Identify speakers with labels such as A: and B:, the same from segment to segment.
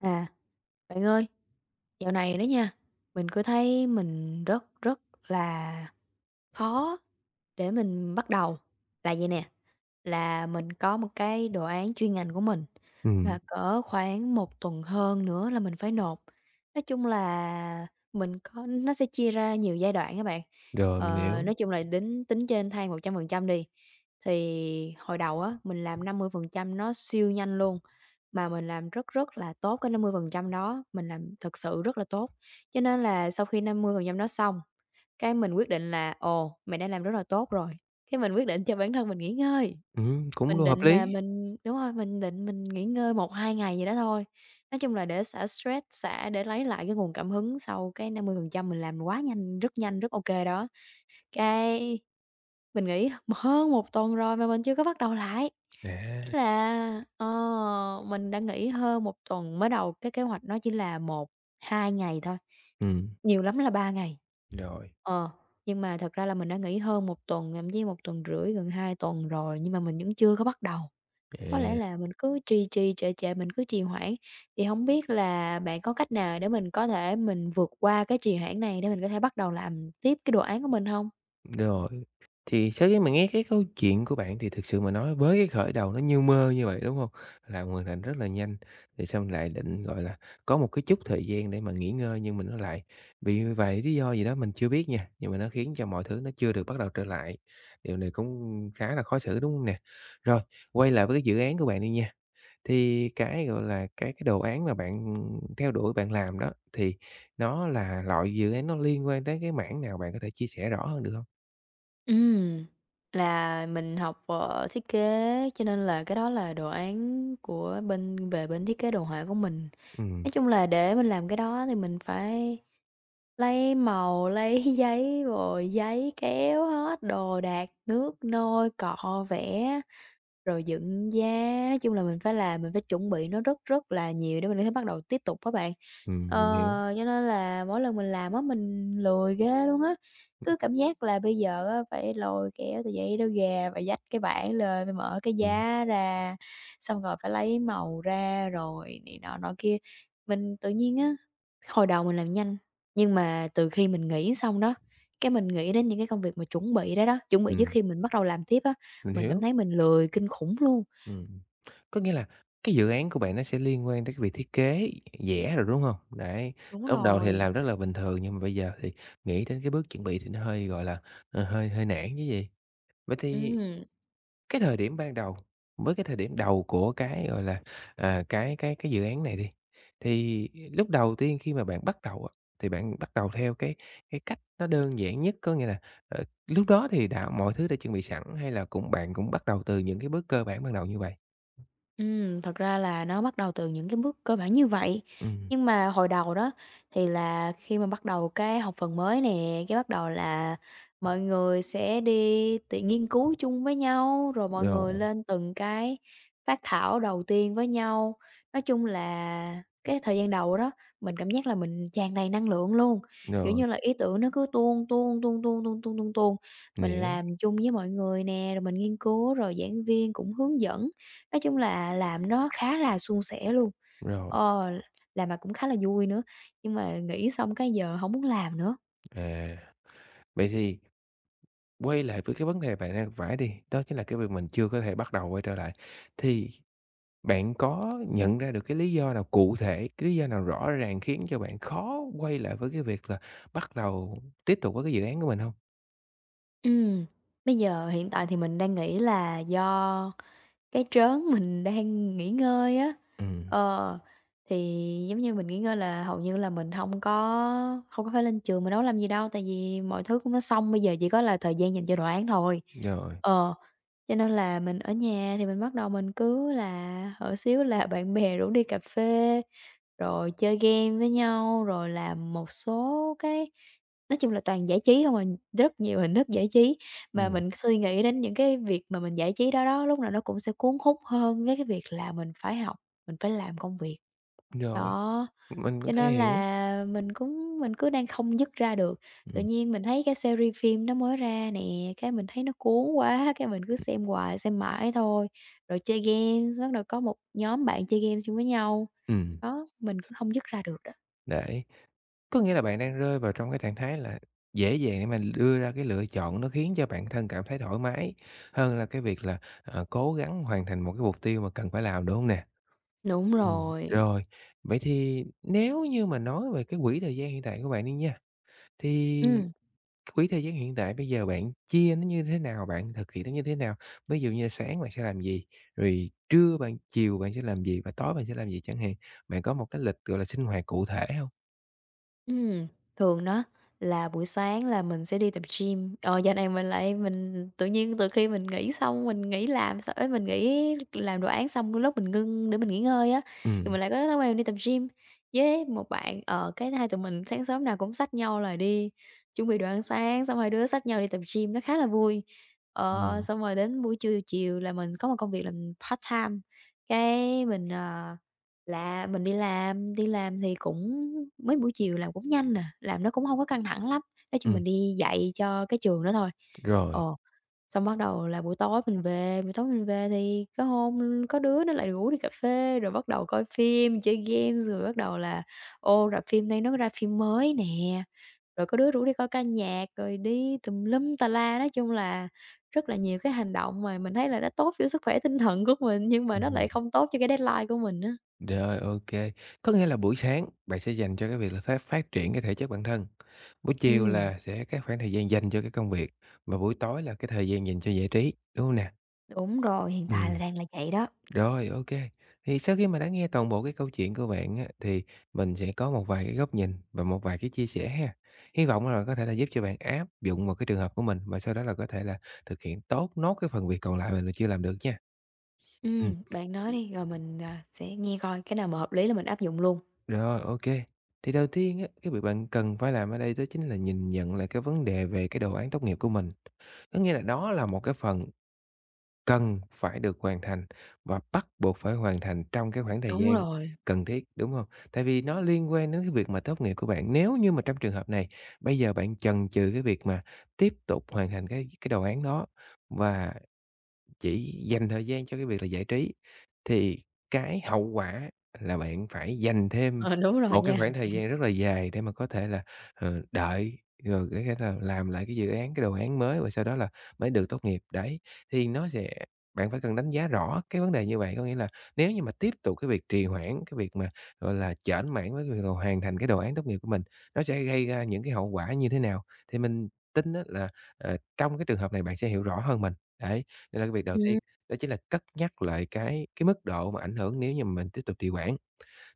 A: À, bạn ơi, dạo này đó nha, mình cứ thấy mình rất rất là khó để mình bắt đầu là vậy nè. Là mình có một cái đồ án chuyên ngành của mình,
B: Ừm,
A: và cỡ khoảng một tuần hơn nữa là mình phải nộp. Nói chung là mình có nó sẽ chia ra nhiều giai đoạn các bạn.
B: rồi, mình hiểu.
A: Nói chung là đính tính trên thang 100% đi, thì hồi đầu á, mình làm 50% nó siêu nhanh luôn, mà mình làm rất rất là tốt cái 50% đó, mình làm thật sự rất là tốt. Cho nên là sau khi 50% đó xong, cái mình quyết định là "Ồ, mình đã làm rất là tốt rồi", cái mình quyết định cho bản thân mình nghỉ ngơi.
B: Cũng
A: Mình
B: luôn hợp
A: định là
B: lý.
A: mình đúng rồi, mình định mình nghỉ ngơi một hai ngày gì đó thôi. Nói chung là để xả stress, xả để lấy lại cái nguồn cảm hứng sau cái 50% mình làm quá nhanh, rất ok đó. Cái mình nghỉ hơn một tuần rồi mà mình chưa có bắt đầu lại. Ý
B: À,
A: là, mình đã nghỉ hơn một tuần, mới đầu cái kế hoạch nó chỉ là một hai ngày thôi,
B: ừm,
A: nhiều lắm là 3 ngày.
B: rồi,
A: Ờ, nhưng mà thật ra là mình đã nghỉ hơn một tuần, thậm chí một tuần rưỡi, gần 2 tuần rồi nhưng mà mình vẫn chưa có bắt đầu.
B: à,
A: Có lẽ là mình cứ trì trì trệ trệ, mình cứ trì hoãn, thì hổng biết là bạn có cách nào để mình có thể mình vượt qua cái trì hoãn này để mình có thể bắt đầu làm tiếp cái đồ án của mình hông?
B: rồi. Thì sau khi mà nghe cái câu chuyện của bạn thì thực sự mà nói với cái khởi đầu nó như mơ như vậy, đúng hông? Làm hoàn thành rất là nhanh, rồi xong lại định, gọi là, có một cái chút thời gian để mà nghỉ ngơi nhưng mà nó lại bị vài lý do gì đó mình chưa biết nha, nhưng mà nó khiến cho mọi thứ nó chưa được bắt đầu trở lại. Điều này cũng khá là khó xử, đúng hông nè? Rồi, quay lại với cái dự án của bạn đi nha. Thì cái, gọi là, cái đồ án mà bạn theo đuổi, bạn làm đó, thì nó là loại dự án nó liên quan tới cái mảng nào? Bạn có thể chia sẻ rõ hơn được không?
A: Ừm, là mình học, thiết kế cho nên là cái đó là đồ án của bên về bên thiết kế đồ họa của mình.
B: Ừm,
A: Nói chung là để mình làm cái đó thì mình phải lấy màu, lấy giấy rồi giấy kéo hết, đồ đạc, nước nôi, cọ vẽ, rồi dựng da. Nói chung là mình phải làm, mình phải chuẩn bị nó rất rất là nhiều để mình có thể bắt đầu tiếp tục các bạn.
B: mình hiểu,
A: Ờ, cho nên là mỗi lần mình làm á, mình lười ghê luôn á, cứ cảm giác là bây giờ á, phải lôi kéo tờ giấy đó ra, phải vách cái bảng lên, phải mở cái
B: ừm,
A: giá ra, xong rồi phải lấy màu ra rồi này nọ nọ kia. Mình tự nhiên á, hồi đầu mình làm nhanh nhưng mà từ khi mình nghỉ xong đó, cái mình nghĩ đến những cái công việc mà chuẩn bị đó đó, chuẩn bị trước
B: ừm,
A: khi mình bắt đầu làm tiếp á,
B: mình
A: mình cảm
B: hiểu,
A: thấy mình lười kinh khủng luôn.
B: ừm. Có nghĩa là cái dự án của bạn nó sẽ liên quan tới cái việc thiết kế, vẽ rồi, đúng hông? Đấy,
A: Đúng
B: lúc đầu thì
A: rồi.
B: làm rất là bình thường nhưng mà bây giờ thì nghĩ đến cái bước chuẩn bị thì nó hơi, gọi là, ờ, hơi hơi nản chứ gì. Vậy thì
A: Ừ.
B: cái thời điểm ban đầu, với cái thời điểm đầu của cái, gọi là, à, cái dự án này đi, thì lúc đầu tiên khi mà bạn bắt đầu á, thì bạn bắt đầu theo cái cách nó đơn giản nhất, có nghĩa là, ờ, lúc đó thì đã mọi thứ đã chuẩn bị sẵn hay là cũng bạn cũng bắt đầu từ những cái bước cơ bản ban đầu như vậy?
A: Thật ra là nó bắt đầu từ những cái bước cơ bản như vậy.
B: Ừm,
A: Nhưng mà hồi đầu đó thì là khi mà bắt đầu cái học phần mới nè, cái bắt đầu là mọi người sẽ đi tự nghiên cứu chung với nhau, rồi mọi người
B: rồi,
A: lên từng cái phát thảo đầu tiên với nhau. Nói chung là cái thời gian đầu đó, mình cảm giác là mình tràn đầy năng lượng luôn, kiểu
B: rồi,
A: như là, ý tưởng nó cứ tuôn, tuôn, tuôn, tuôn, tuôn, tuôn, tuôn, tuôn. Mình
B: mình hiểu,
A: làm chung với mọi người nè, rồi mình nghiên cứu, rồi giảng viên cũng hướng dẫn. Nói chung là làm nó khá là suôn sẻ luôn,
B: rồi,
A: ờ, làm mà cũng khá là vui nữa, nhưng mà nghỉ xong cái giờ hổng muốn làm nữa.
B: à, vậy thì quay lại với cái vấn đề bạn đang gặp phải đi, đó chính là cái việc mình chưa có thể bắt đầu quay trở lại. Thì bạn có nhận ra được cái lý do nào cụ thể, cái lý do nào rõ ràng khiến cho bạn khó quay lại với cái việc là bắt đầu tiếp tục với cái dự án của mình hông?
A: Ừm, Bây giờ hiện tại thì mình đang nghĩ là do cái trớn mình đang nghỉ ngơi á,
B: Ừm,
A: ờ, thì giống như mình nghỉ ngơi là hầu như là mình hông có phải lên trường mà nấu làm gì đâu, tại vì mọi thứ cũng đã xong, bây giờ chỉ có là thời gian dành cho đồ án thôi.
B: rồi,
A: Ờ. Cho nên là mình ở nhà thì mình bắt đầu mình cứ là hở xíu là bạn bè rủ đi cà phê, rồi chơi game với nhau, rồi làm một số cái nói chung là toàn giải trí không à, rất nhiều hình thức giải trí. Mà
B: ừm.
A: mình suy nghĩ đến những cái việc mà mình giải trí đó đó, lúc nào nó cũng sẽ cuốn hút hơn với cái việc là mình phải học, mình phải làm công việc.
B: Rồi,
A: Đó,
B: mình có
A: cho
B: thể
A: nên
B: hiểu.
A: là mình cứ đang không dứt ra được. Tự
B: Ừm,
A: nhiên mình thấy cái series phim nó mới ra nè, cái mình thấy nó cuốn quá, cái mình cứ
B: ừm,
A: xem hoài, xem mãi thôi. Rồi chơi game, bắt đầu có một nhóm bạn chơi game chung với nhau.
B: ừm.
A: Đó, mình cứ không dứt ra được đó.
B: Để có nghĩa là bạn đang rơi vào trong cái trạng thái là dễ dàng để mà đưa ra cái lựa chọn nó khiến cho bản thân cảm thấy thoải mái, hơn là cái việc là, ờ, cố gắng hoàn thành một cái mục tiêu mà cần phải làm, đúng hông nè?
A: Đúng
B: Ừm.
A: rồi,
B: Rồi, vậy thì nếu như mà nói về cái quỹ thời gian hiện tại của bạn đi nha, thì
A: ừm.
B: quỹ thời gian hiện tại bây giờ bạn chia nó như thế nào? Bạn thực hiện nó như thế nào? Ví dụ như là sáng bạn sẽ làm gì, rồi trưa bạn chiều bạn sẽ làm gì và tối bạn sẽ làm gì chẳng hạn. Bạn có một cái lịch, gọi là, sinh hoạt cụ thể không?
A: Ừm, Thường đó là buổi sáng là mình sẽ đi tập gym. Ờ, Dạo này mình lại mình tự nhiên từ khi mình nghỉ xong, mình nghỉ làm xong ấy, mình nghỉ làm đồ án xong lúc mình ngưng để mình nghỉ ngơi á, thì
B: Ừm,
A: mình lại có thói quen đi tập gym với một bạn. Ờ, cái hai tụi mình sáng sớm nào cũng xách nhau là đi chuẩn bị đồ ăn sáng, xong hai đứa xách nhau đi tập gym, nó khá là vui.
B: ừm,
A: Xong rồi đến buổi trưa chiều là mình có một công việc làm part-time, cái mình, ờ là mình đi làm thì cũng mấy buổi chiều làm cũng nhanh nè làm nó cũng hông có căng thẳng lắm, nói chung
B: ừm,
A: mình đi dạy cho cái trường đó thôi. Ờ,
B: rồi,
A: Xong bắt đầu là buổi tối mình về, buổi tối mình về thì có hôm có đứa nó lại rủ đi cà phê, rồi bắt đầu coi phim, chơi game, rồi bắt đầu là "Ô, rạp phim nay nó ra phim mới nè", rồi có đứa rủ đi coi ca nhạc, rồi đi tùm lum tà la. Nói chung là rất là nhiều cái hành động mà mình thấy là nó tốt cho sức khỏe tinh thần của mình, nhưng mà nó lại
B: ừm
A: không tốt cho cái deadline của mình á.
B: rồi, ok. Có nghĩa là buổi sáng bạn sẽ dành cho cái việc là phát phát triển cái thể chất bản thân, buổi chiều
A: Ừm.
B: là sẽ cái khoảng thời gian dành cho cái công việc, và buổi tối là cái thời gian dành cho giải trí, đúng hông nè?
A: Đúng rồi, hiện tại là
B: Ừm.
A: đang là vậy đó.
B: Rồi, ok. Thì sau khi mà đã nghe toàn bộ cái câu chuyện của bạn á, thì mình sẽ có một vài cái góc nhìn và một vài cái chia sẻ ha. Hy vọng là có thể là giúp cho bạn áp dụng vào cái trường hợp của mình và sau đó là có thể là thực hiện tốt nốt cái phần việc còn lại mình chưa làm được nha. Ừm,
A: Bạn nói đi, rồi mình, sẽ nghe coi cái nào mà hợp lý là mình áp dụng luôn.
B: rồi, ok. Thì đầu tiên á, cái việc bạn cần phải làm ở đây đó chính là nhìn nhận lại cái vấn đề về cái đồ án tốt nghiệp của mình. Có nghĩa là đó là một cái phần cần phải được hoàn thành và bắt buộc phải hoàn thành trong cái khoảng thời
A: Đúng
B: gian
A: rồi,
B: cần thiết, đúng không? Tại vì nó liên quan đến cái việc mà tốt nghiệp của bạn. Nếu như mà trong trường hợp này, bây giờ bạn chần chừ cái việc mà tiếp tục hoàn thành cái đồ án đó và chỉ dành thời gian cho cái việc là giải trí thì cái hậu quả là bạn phải dành thêm
A: ờ, đúng rồi
B: một cái
A: nha.
B: khoảng thời gian rất là dài để mà có thể là, ờ, đợi, rồi cái thể là làm lại cái dự án, cái đồ án mới và sau đó là mới được tốt nghiệp. Đấy, thì nó sẽ bạn phải cần đánh giá rõ cái vấn đề như vậy. Có nghĩa là nếu như mà tiếp tục cái việc trì hoãn, cái việc mà, gọi là, chểnh mảng với cái việc là hoàn thành cái đồ án tốt nghiệp của mình, nó sẽ gây ra những cái hậu quả như thế nào? Thì mình tin á là, ờ, trong cái trường hợp này bạn sẽ hiểu rõ hơn mình. Đấy, nên là cái việc đầu tiên
A: Ừm.
B: đó chính là cất nhắc lại cái mức độ mà ảnh hưởng nếu như mà mình tiếp tục trì hoãn.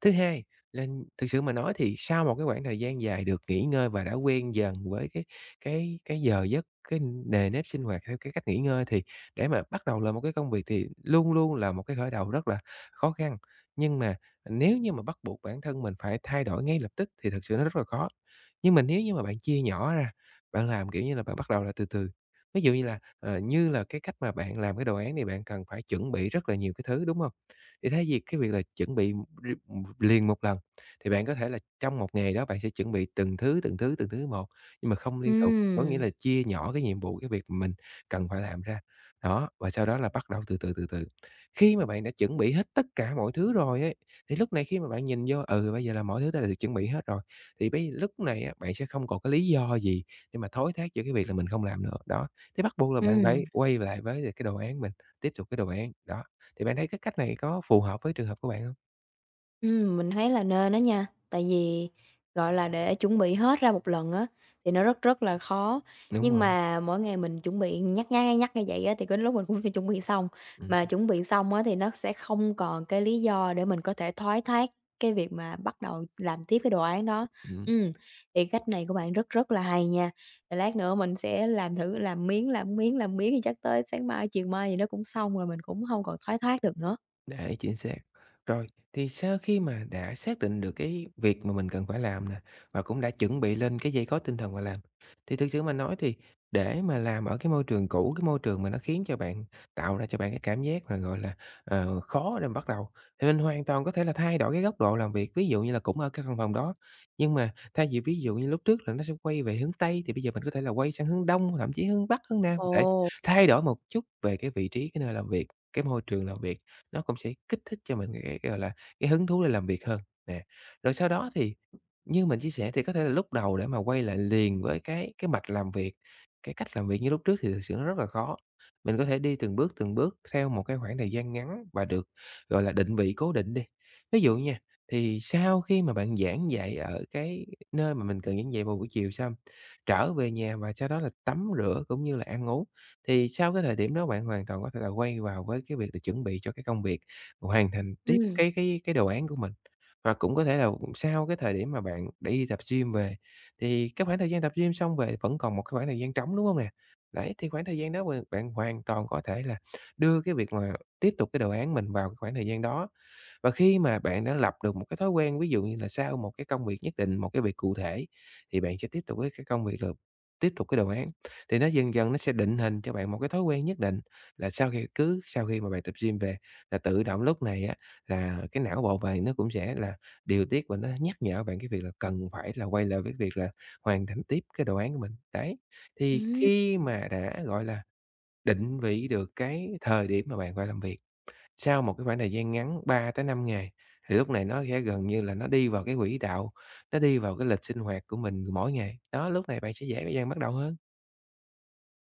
B: Thứ hai là thực sự mà nói thì sau một cái khoảng thời gian dài được nghỉ ngơi và đã quen dần với cái cái giờ giấc, cái nề nếp sinh hoạt theo cái cách nghỉ ngơi thì để mà bắt đầu làm một cái công việc thì luôn luôn là một cái khởi đầu rất là khó khăn. Nhưng mà nếu như mà bắt buộc bản thân mình phải thay đổi ngay lập tức thì thực sự nó rất là khó. Nhưng mà nếu như mà bạn chia nhỏ ra, bạn làm, kiểu như là, bạn bắt đầu là từ từ. Ví dụ như là, ờ, như là cái cách mà bạn làm cái đồ án thì bạn cần phải chuẩn bị rất là nhiều cái thứ, đúng không? Thì thay vì cái việc là chuẩn bị r liền một lần, thì bạn có thể là trong một ngày đó bạn sẽ chuẩn bị từng thứ, từng thứ, từng thứ một, nhưng mà không liên tục, có nghĩa
A: Ừm,
B: là chia nhỏ cái nhiệm vụ, cái việc mà mình cần phải làm ra. Đó, và sau đó là bắt đầu từ từ, từ từ. Khi mà bạn đã chuẩn bị hết tất cả mọi thứ rồi ấy, thì lúc này khi mà bạn nhìn vô, ừ, bây giờ là mọi thứ đã được chuẩn bị hết rồi, thì lúc này á, bạn sẽ không còn cái lý do gì để mà thối thác giữa cái việc là mình không làm nữa. Đó, thế bắt buộc là bạn
A: ừm.
B: phải quay lại với cái đồ án mình, tiếp tục cái đồ án, đó. Thì bạn thấy cái cách này có phù hợp với trường hợp của bạn hông?
A: Mình thấy là nên đó nha, tại vì, gọi là, để chuẩn bị hết ra một lần á, thì nó rất rất là khó.
B: Đúng
A: Nhưng
B: rồi,
A: mà mỗi ngày mình chuẩn bị nhắc nhắc, nhắc như vậy á, thì đến lúc mình cũng phải chuẩn bị xong,
B: ừm,
A: mà chuẩn bị xong á, thì nó sẽ không còn cái lý do để mình có thể thoái thác cái việc mà bắt đầu làm tiếp cái đồ án đó.
B: ừm.
A: Ừm, thì cách này của bạn rất rất là hay nha, rồi lát nữa mình sẽ làm thử làm miếng, làm miếng, làm miếng thì chắc tới sáng mai, chiều mai gì nó cũng xong rồi, mình cũng không còn thoái thác được nữa.
B: Đấy, chính xác. Rồi, thì sau khi mà đã xác định được cái việc mà mình cần phải làm nè, và cũng đã chuẩn bị lên cái dây có tinh thần mà làm, thì thực sự mà nói thì để mà làm ở cái môi trường cũ, cái môi trường mà nó khiến cho bạn tạo ra cho bạn cái cảm giác mà, gọi là, ờ, khó để mà bắt đầu, thì mình hoàn toàn có thể là thay đổi cái góc độ làm việc. Ví dụ như là cũng ở cái căn phòng đó, nhưng mà thay vì ví dụ như lúc trước là nó sẽ quay về hướng Tây, thì bây giờ mình có thể là quay sang hướng Đông, thậm chí hướng Bắc, hướng Nam để
A: Ồ,
B: thay đổi một chút về cái vị trí, cái nơi làm việc, cái môi trường làm việc nó cũng sẽ kích thích cho mình cái, gọi là, cái hứng thú để làm việc hơn, nè. Rồi sau đó thì như mình chia sẻ thì có thể là lúc đầu để mà quay lại liền với cái mạch làm việc, cái cách làm việc như lúc trước thì thực sự nó rất là khó. Mình có thể đi từng bước theo một cái khoảng thời gian ngắn và được, gọi là, định vị cố định đi. Ví dụ nha, thì sau khi mà bạn giảng dạy ở cái nơi mà mình cần giảng dạy vào buổi chiều xong, trở về nhà và sau đó là tắm rửa cũng như là ăn uống thì sau cái thời điểm đó bạn hoàn toàn có thể là quay vào với cái việc là chuẩn bị cho cái công việc, hoàn thành tiếp
A: ừm,
B: cái đồ án của mình. Và cũng có thể là sau cái thời điểm mà bạn để đi tập gym về, thì cái khoảng thời gian tập gym xong về vẫn còn một cái khoảng thời gian trống, đúng không nè? Đấy, thì khoảng thời gian đó bạn bạn hoàn toàn có thể là đưa cái việc mà tiếp tục cái đồ án mình vào cái khoảng thời gian đó. Và khi mà bạn đã lập được một cái thói quen, ví dụ như là sau một cái công việc nhất định, một cái việc cụ thể thì bạn sẽ tiếp tục với cái công việc là tiếp tục cái đồ án, thì nó dần dần nó sẽ định hình cho bạn một cái thói quen nhất định là sau khi cứ sau khi mà bạn tập gym về là tự động lúc này á, là cái não bộ bạn nó cũng sẽ là điều tiết và nó nhắc nhở bạn cái việc là cần phải là quay lại với việc là hoàn thành tiếp cái đồ án của mình. Đấy, thì
A: ừm.
B: khi mà đã, gọi là, định vị được cái thời điểm mà bạn phải làm việc sau một cái khoảng thời gian ngắn 3 tới 5 ngày, thì lúc này nó sẽ gần như là nó đi vào cái quỹ đạo, nó đi vào cái lịch sinh hoạt của mình mỗi ngày. Đó, lúc này bạn sẽ dễ dàng bắt đầu hơn.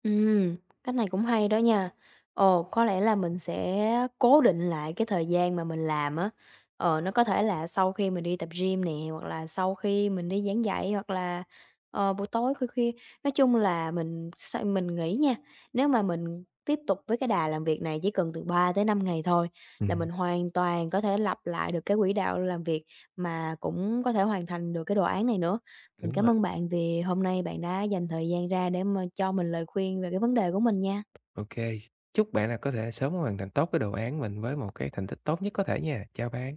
A: Ừm, Cách này cũng hay đó nha. Ồ, có lẽ là mình sẽ cố định lại cái thời gian mà mình làm á. Nó có thể là sau khi mình đi tập gym nè, hoặc là sau khi mình đi giảng dạy, hoặc là, buổi tối khuya khuya. Nói chung là mình nghĩ nha, nếu mà mình tiếp tục với cái đà làm việc này chỉ cần từ 3 tới 5 ngày thôi là mình
B: Ừm,
A: hoàn toàn có thể lặp lại được cái quỹ đạo làm việc, mà cũng có thể hoàn thành được cái đồ án này nữa. Mình
B: đúng
A: cảm
B: rồi,
A: ơn bạn vì hôm nay bạn đã dành thời gian ra để mà cho mình lời khuyên về cái vấn đề của mình nha.
B: ok. Chúc bạn là có thể sớm hoàn thành tốt cái đồ án mình với một cái thành tích tốt nhất có thể nha. Chào bạn.